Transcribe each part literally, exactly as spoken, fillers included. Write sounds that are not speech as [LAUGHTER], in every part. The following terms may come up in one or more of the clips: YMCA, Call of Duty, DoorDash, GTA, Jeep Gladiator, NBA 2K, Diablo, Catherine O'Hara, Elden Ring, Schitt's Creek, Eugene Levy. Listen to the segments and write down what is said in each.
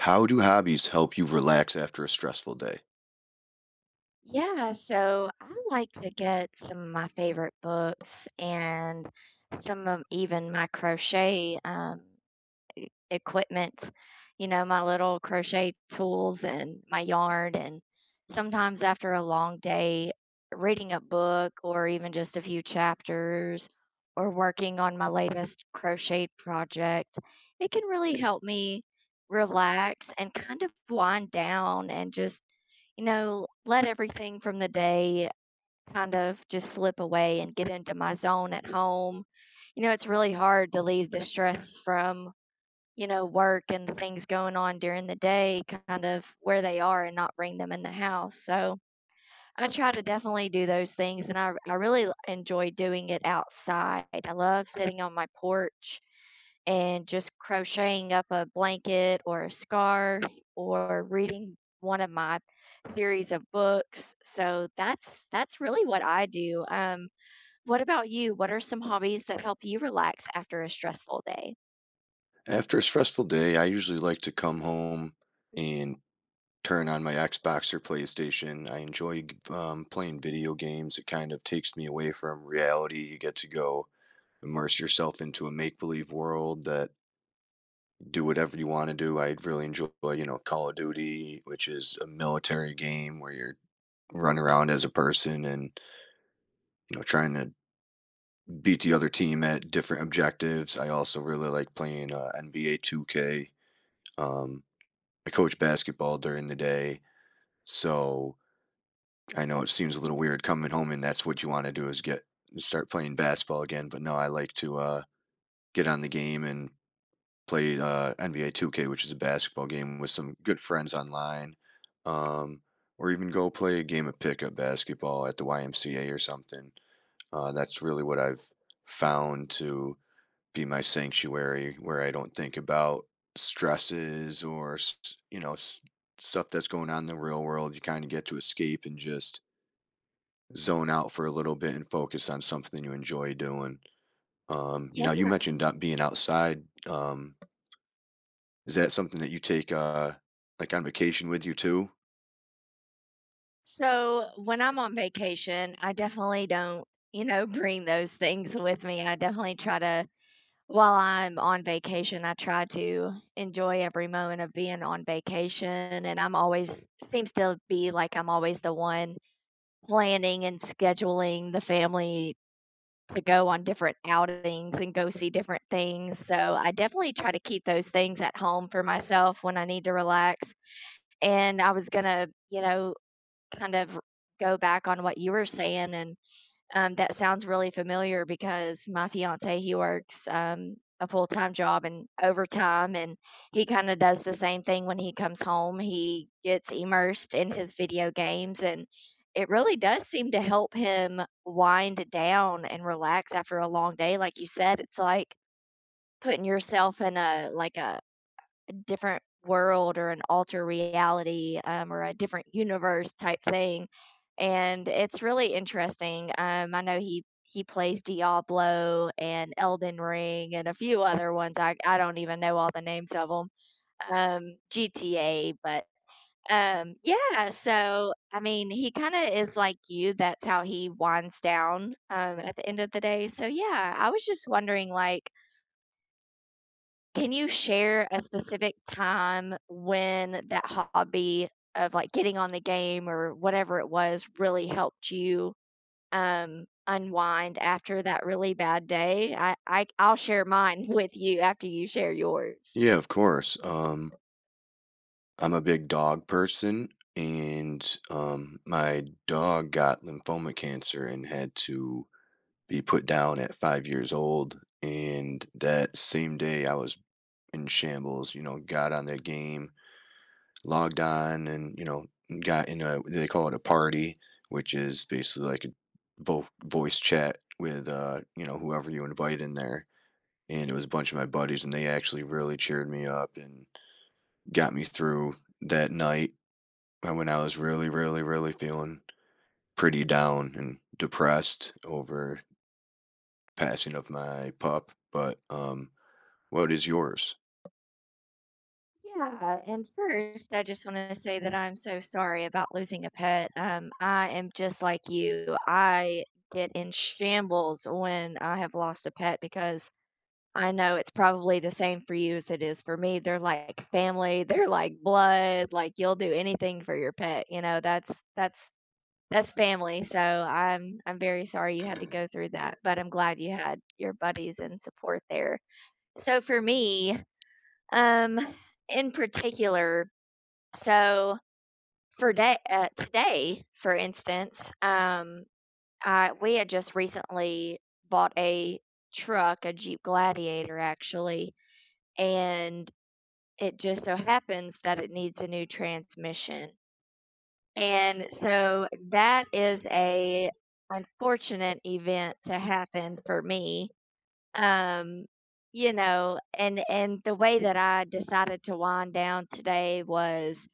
How do hobbies help you relax after a stressful day? Yeah, so I like to get some of my favorite books and some of even my crochet. Um, equipment, you know, my little crochet tools and my yarn. And sometimes after a long day, reading a book or even just a few chapters or working on my latest crochet project, it can really help me relax and kind of wind down and just, you know, let everything from the day kind of just slip away and get into my zone at home. You know, it's really hard to leave the stress from you know, work and the things going on during the day kind of where they are and not bring them in the house. So I try to definitely do those things and I, I really l- enjoy doing it outside. I love sitting on my porch and just crocheting up a blanket or a scarf or reading one of my series of books. So that's that's really what I do. Um, what about you? What are some hobbies that help you relax after a stressful day? After a stressful day, I usually like to come home and turn on my Xbox or PlayStation. I enjoy um, playing video games. It kind of takes me away from reality. You get to go immerse yourself into a make believe world that do whatever you want to do. I really enjoy, you know, Call of Duty, which is a military game where you're running around as a person and you know trying to beat the other team at different objectives. I also really like playing uh, N B A two K. Um, I coach basketball during the day, so I know it seems a little weird coming home and that's what you want to do is get start playing basketball again. But no, I like to uh, get on the game and play uh, N B A two K, which is a basketball game with some good friends online, um, or even go play a game of pickup basketball at the Y M C A or something. Uh, that's really what I've found to be my sanctuary where I don't think about stresses or s- you know s- stuff that's going on in the real world. You kind of get to escape and just zone out for a little bit and focus on something you enjoy doing. Um, you Yeah. know, you mentioned out- being outside. Um, is that something that you take uh like on vacation with you too? So when I'm on vacation, I definitely don't, you know, [LAUGHS] bring those things with me. I definitely try to, while I'm on vacation, I try to enjoy every moment of being on vacation. And I'm always, seems to be like I'm always the one planning and scheduling the family to go on different outings and go see different things. So I definitely try to keep those things at home for myself when I need to relax. And I was going to, you know, kind of go back on what you were saying, and, um, that sounds really familiar because my fiancé, he works, um, a full-time job and overtime, and he kinda does the same thing when he comes home. He gets immersed in his video games, and it really does seem to help him wind down and relax after a long day, like you said. It's like putting yourself in a like, a different world or an alter reality, um, or a different universe type thing, and it's really interesting. Um, I know he he plays Diablo and Elden Ring and a few other ones. I I don't even know all the names of 'em. Um, G T A, but, um, yeah, so, I mean, he kinda is like you, that's how he winds down, um, at the end of the day, so, yeah, I was just wondering, like, can you share a specific time when that hobby of, like, getting on the game or whatever it was really helped you, um, unwind after that really bad day? I I I'll share mine [LAUGHS] with you after you share yours. Yeah, of course. Um, I'm a big dog person, and um, my dog got lymphoma cancer and had to be put down at five years old. And that same day, I was in shambles, you know, got on that game, logged on, and, you know, got in a, they call it a party, which is basically like a vo- voice chat with, uh, you know, whoever you invite in there. And it was a bunch of my buddies, and they actually really cheered me up and got me through that night uh, when I was really, really, really feeling pretty down and depressed over passing of my pup. But um, what is yours? Yeah, and first, I just wanna say that I'm so sorry about losing a pet, um, I am just like you. I get in shambles when I have lost a pet because I know it's probably the same for you as it is for me. They're like family, they're like blood, like you'll do anything for your pet, you know, that's that's that's family. So I'm I'm very sorry you had to go through that, but I'm glad you had your buddies and support there. So for me, um in particular, so for day uh, today, for instance, um I we had just recently bought a truck, a Jeep Gladiator actually, and it just so happens that it needs a new transmission. And so that is a unfortunate event to happen for me. Um, you know, and and the way that I decided to wind down today was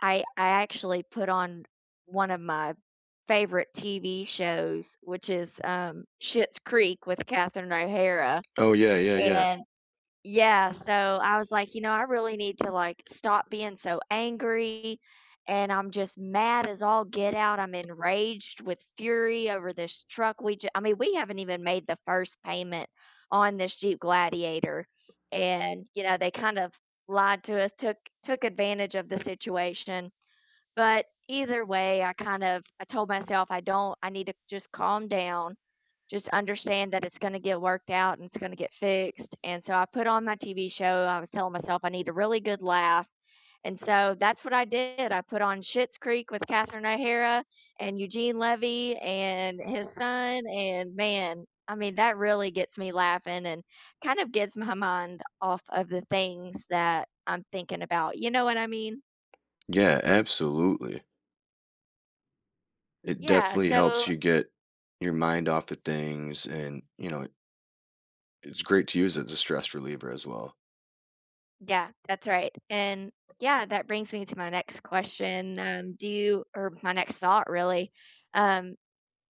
I I actually put on one of my favorite T V shows, which is um Schitt's Creek with Catherine O'Hara. Oh, yeah, yeah, yeah. And yeah, so I was like, you know, I really need to like stop being so angry, and I'm just mad as all get out. I'm enraged with fury over this truck. We ju- I mean, we haven't even made the first payment on this Jeep Gladiator and, you know, they kind of lied to us, took took advantage of the situation, but either way, I kind of I told myself I don't I need to just calm down, just understand that it's gonna get worked out and it's gonna get fixed. And so I put on my T V show. I was telling myself I need a really good laugh. And so that's what I did. I put on Schitt's Creek with Catherine O'Hara and Eugene Levy and his son. And man, I mean, that really gets me laughing and kind of gets my mind off of the things that I'm thinking about. You know what I mean? Yeah, absolutely. It Yeah. definitely helps So you get your mind off of things and, you know, it's great to use it as a stress reliever as well. Yeah, that's right, and yeah, that brings me to my next question, um, do you or my next thought, really, um,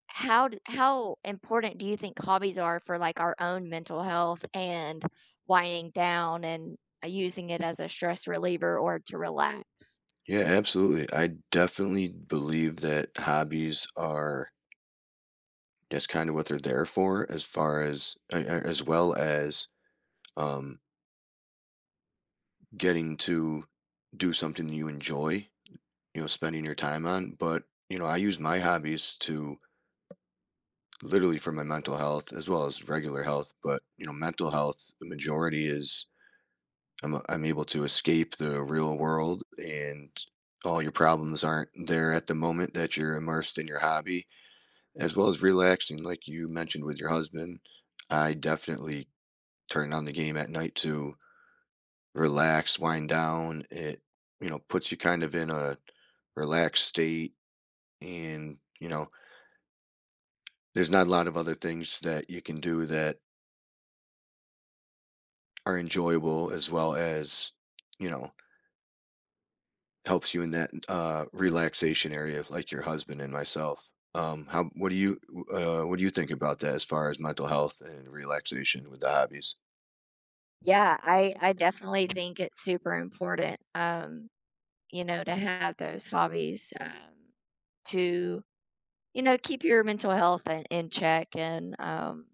how d how important do you think hobbies are for, like, our own mental health and winding down and uh, using it as a stress reliever or to relax? Yeah, absolutely. I definitely believe that hobbies are that's kind of what they're there for as far as a- a- as well as um getting to do something that you enjoy, you know, spending your time on, but you know, I use my hobbies to literally for my mental health as well as regular health, but you know, mental health the majority is i'm, I'm able to escape the real world and all your problems aren't there at the moment that you're immersed in your hobby as well as relaxing like you mentioned with your husband. I definitely turn on the game at night to relax, wind down. It, you know, puts you kind of in a relaxed state. And you know, there's not a lot of other things that you can do that are enjoyable as well as, you know, helps you in that uh, relaxation area of like your husband and myself. Um, how what do you uh, what do you think about that as far as mental health and relaxation with the hobbies? Yeah, I I definitely think it's super important, um, you know, to have those hobbies, um, to, you know, keep your mental health in in check, and, um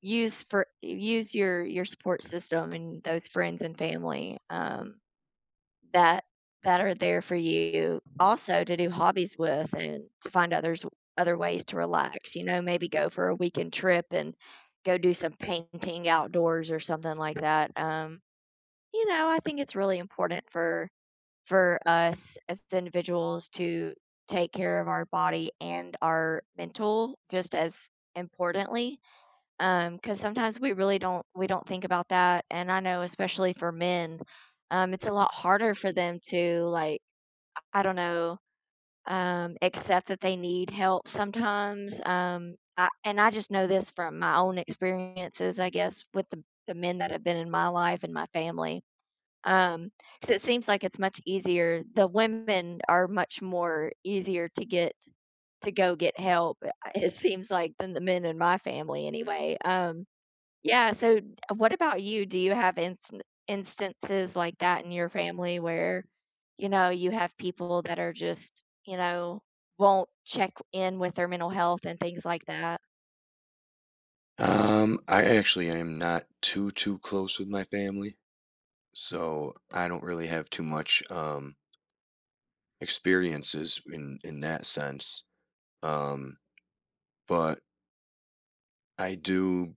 Use for use your your support system and those friends and family, um, that that are there for you also to do hobbies with and to find others other ways to relax. You know, maybe go for a weekend trip and go do some painting outdoors or something like that, um, you know, I think it's really important for for us as individuals to take care of our body and our mental just as importantly. Um, 'cause because sometimes we really don't we don't think about that, and I know especially for men, um, it's a lot harder for them to, like, I don't know, um, accept that they need help sometimes. um, I and I just know this from my own experiences, I guess, with the the men that have been in my life and my family, um, 'cause it seems like it's much easier the women are much more easier to get to go get help, uh, it seems like, than the men in my family anyway. Um yeah, so d what about you? Do you have instan instances like that in your family where, you know, you have people that are just, you know, won't check in with their mental health and things like that? Um, I actually am not too too close with my family, so I don't really have too much um experiences in in that sense. Um, but I do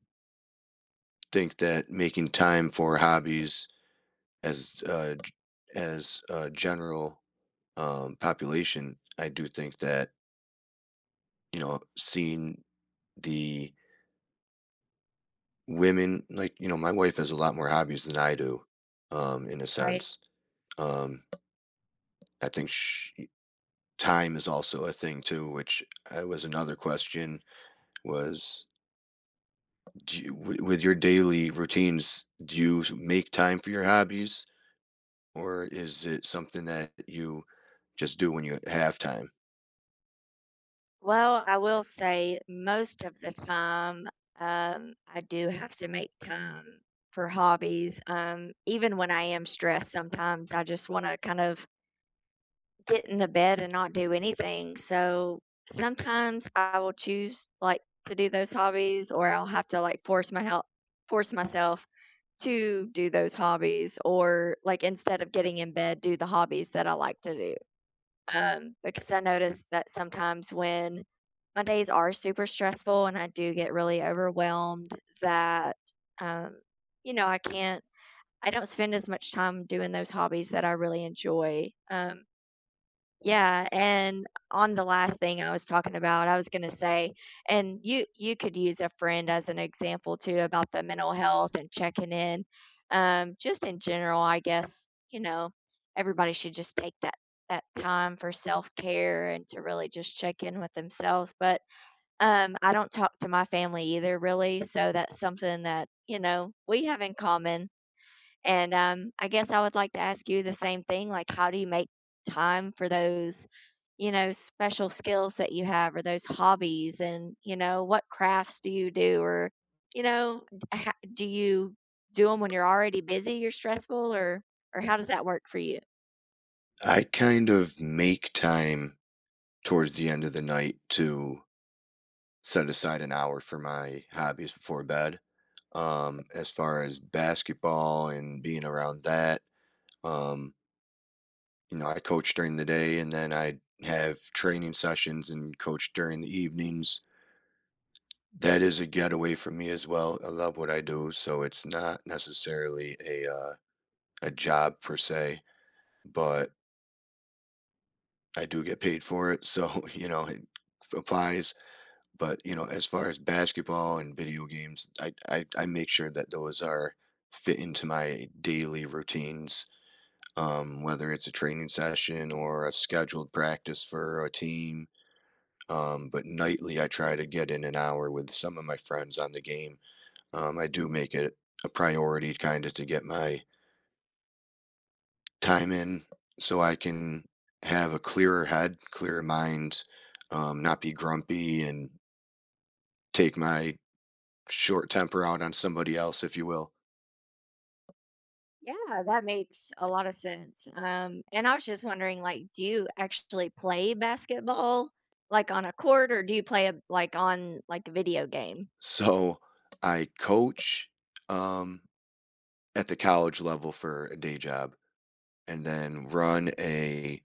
think that making time for hobbies as uh, g- as a general um, population, I do think that you know seeing the women, like you know, my wife has a lot more hobbies than I do, um, in a Right. sense. Um, I think sh time is also a thing too, which uh, was another question was, do you, w- with your daily routines, do you make time for your hobbies, or is it something that you just do when you have time? Well, I will say most of the time, um, I do have to make time for hobbies. Um, even when I am stressed, sometimes I just wanna kind of get in the bed and not do anything. So sometimes I will choose like to do those hobbies, or I'll have to like force my help force myself to do those hobbies, or like instead of getting in bed, do the hobbies that I like to do. Um, because I notice that sometimes when my days are super stressful and I do get really overwhelmed that um, you know, I can't I don't spend as much time doing those hobbies that I really enjoy. Um, yeah, and on the last thing I was talking about, I was gonna say, and you you could use a friend as an example too about the mental health and checking in. Um, just in general, I guess, you know, everybody should just take that that time for self-care and to really just check in with themselves. But um, I don't talk to my family either really, so that's something that, you know, we have in common. And, um, I guess I would like to ask you the same thing, like, how do you make time for those, you know, special skills that you have or those hobbies? And, you know, what crafts do you do? Or, you know, d ha do you do 'em when you're already busy, you're stressful, or or how does that work for you? I kind of make time towards the end of the night to set aside an hour for my hobbies before bed. Um, as far as basketball and being around that, um, you know, I coach during the day and then I have training sessions and coach during the evenings. That is a getaway for me as well. I love what I do, so it's not necessarily a uh, a job per se, but I do get paid for it, so [LAUGHS] you know, it applies. But, you know, as far as basketball and video games, I I I make sure that those are fit into my daily routines, um, whether it's a training session or a scheduled practice for a team. Um, but nightly, I try to get in an hour with some of my friends on the game. Um, I do make it a priority kind of to get my time in so I can have a clearer head, clearer mind, um, not be grumpy and take my short temper out on somebody else, if you will. Yeah, that makes a lot of sense. Um, and I was just wondering, like, do you actually play basketball, like, on a court, or do you play, a like, on, like, a video game? So I coach um, at the college level for a day job and then run a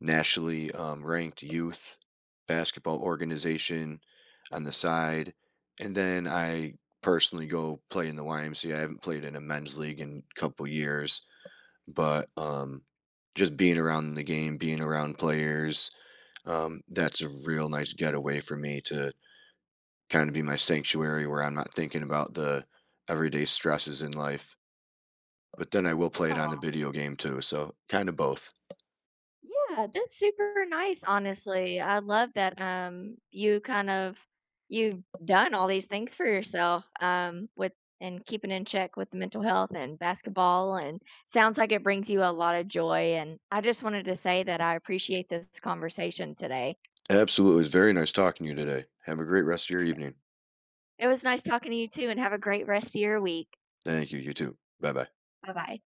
nationally um, ranked youth basketball organization on the side. And then I personally go play in the Y M C A. I haven't played in a men's league in a couple years, but um, just being around the game, being around players, um, that's a real nice getaway for me to kind of be my sanctuary where I'm not thinking about the everyday stresses in life. But then I will play it on the Oh. video game too. So kind of both. Yeah, that's super nice, honestly. I love that um you kind of you've done all these things for yourself um with and keeping in check with the mental health and basketball, and sounds like it brings you a lot of joy, and I just wanted to say that I appreciate this conversation today. Absolutely. It was very nice talking to you today. Have a great rest of your evening. It was nice talking to you too, and have a great rest of your week. Thank you. You too. Bye bye. Bye-bye.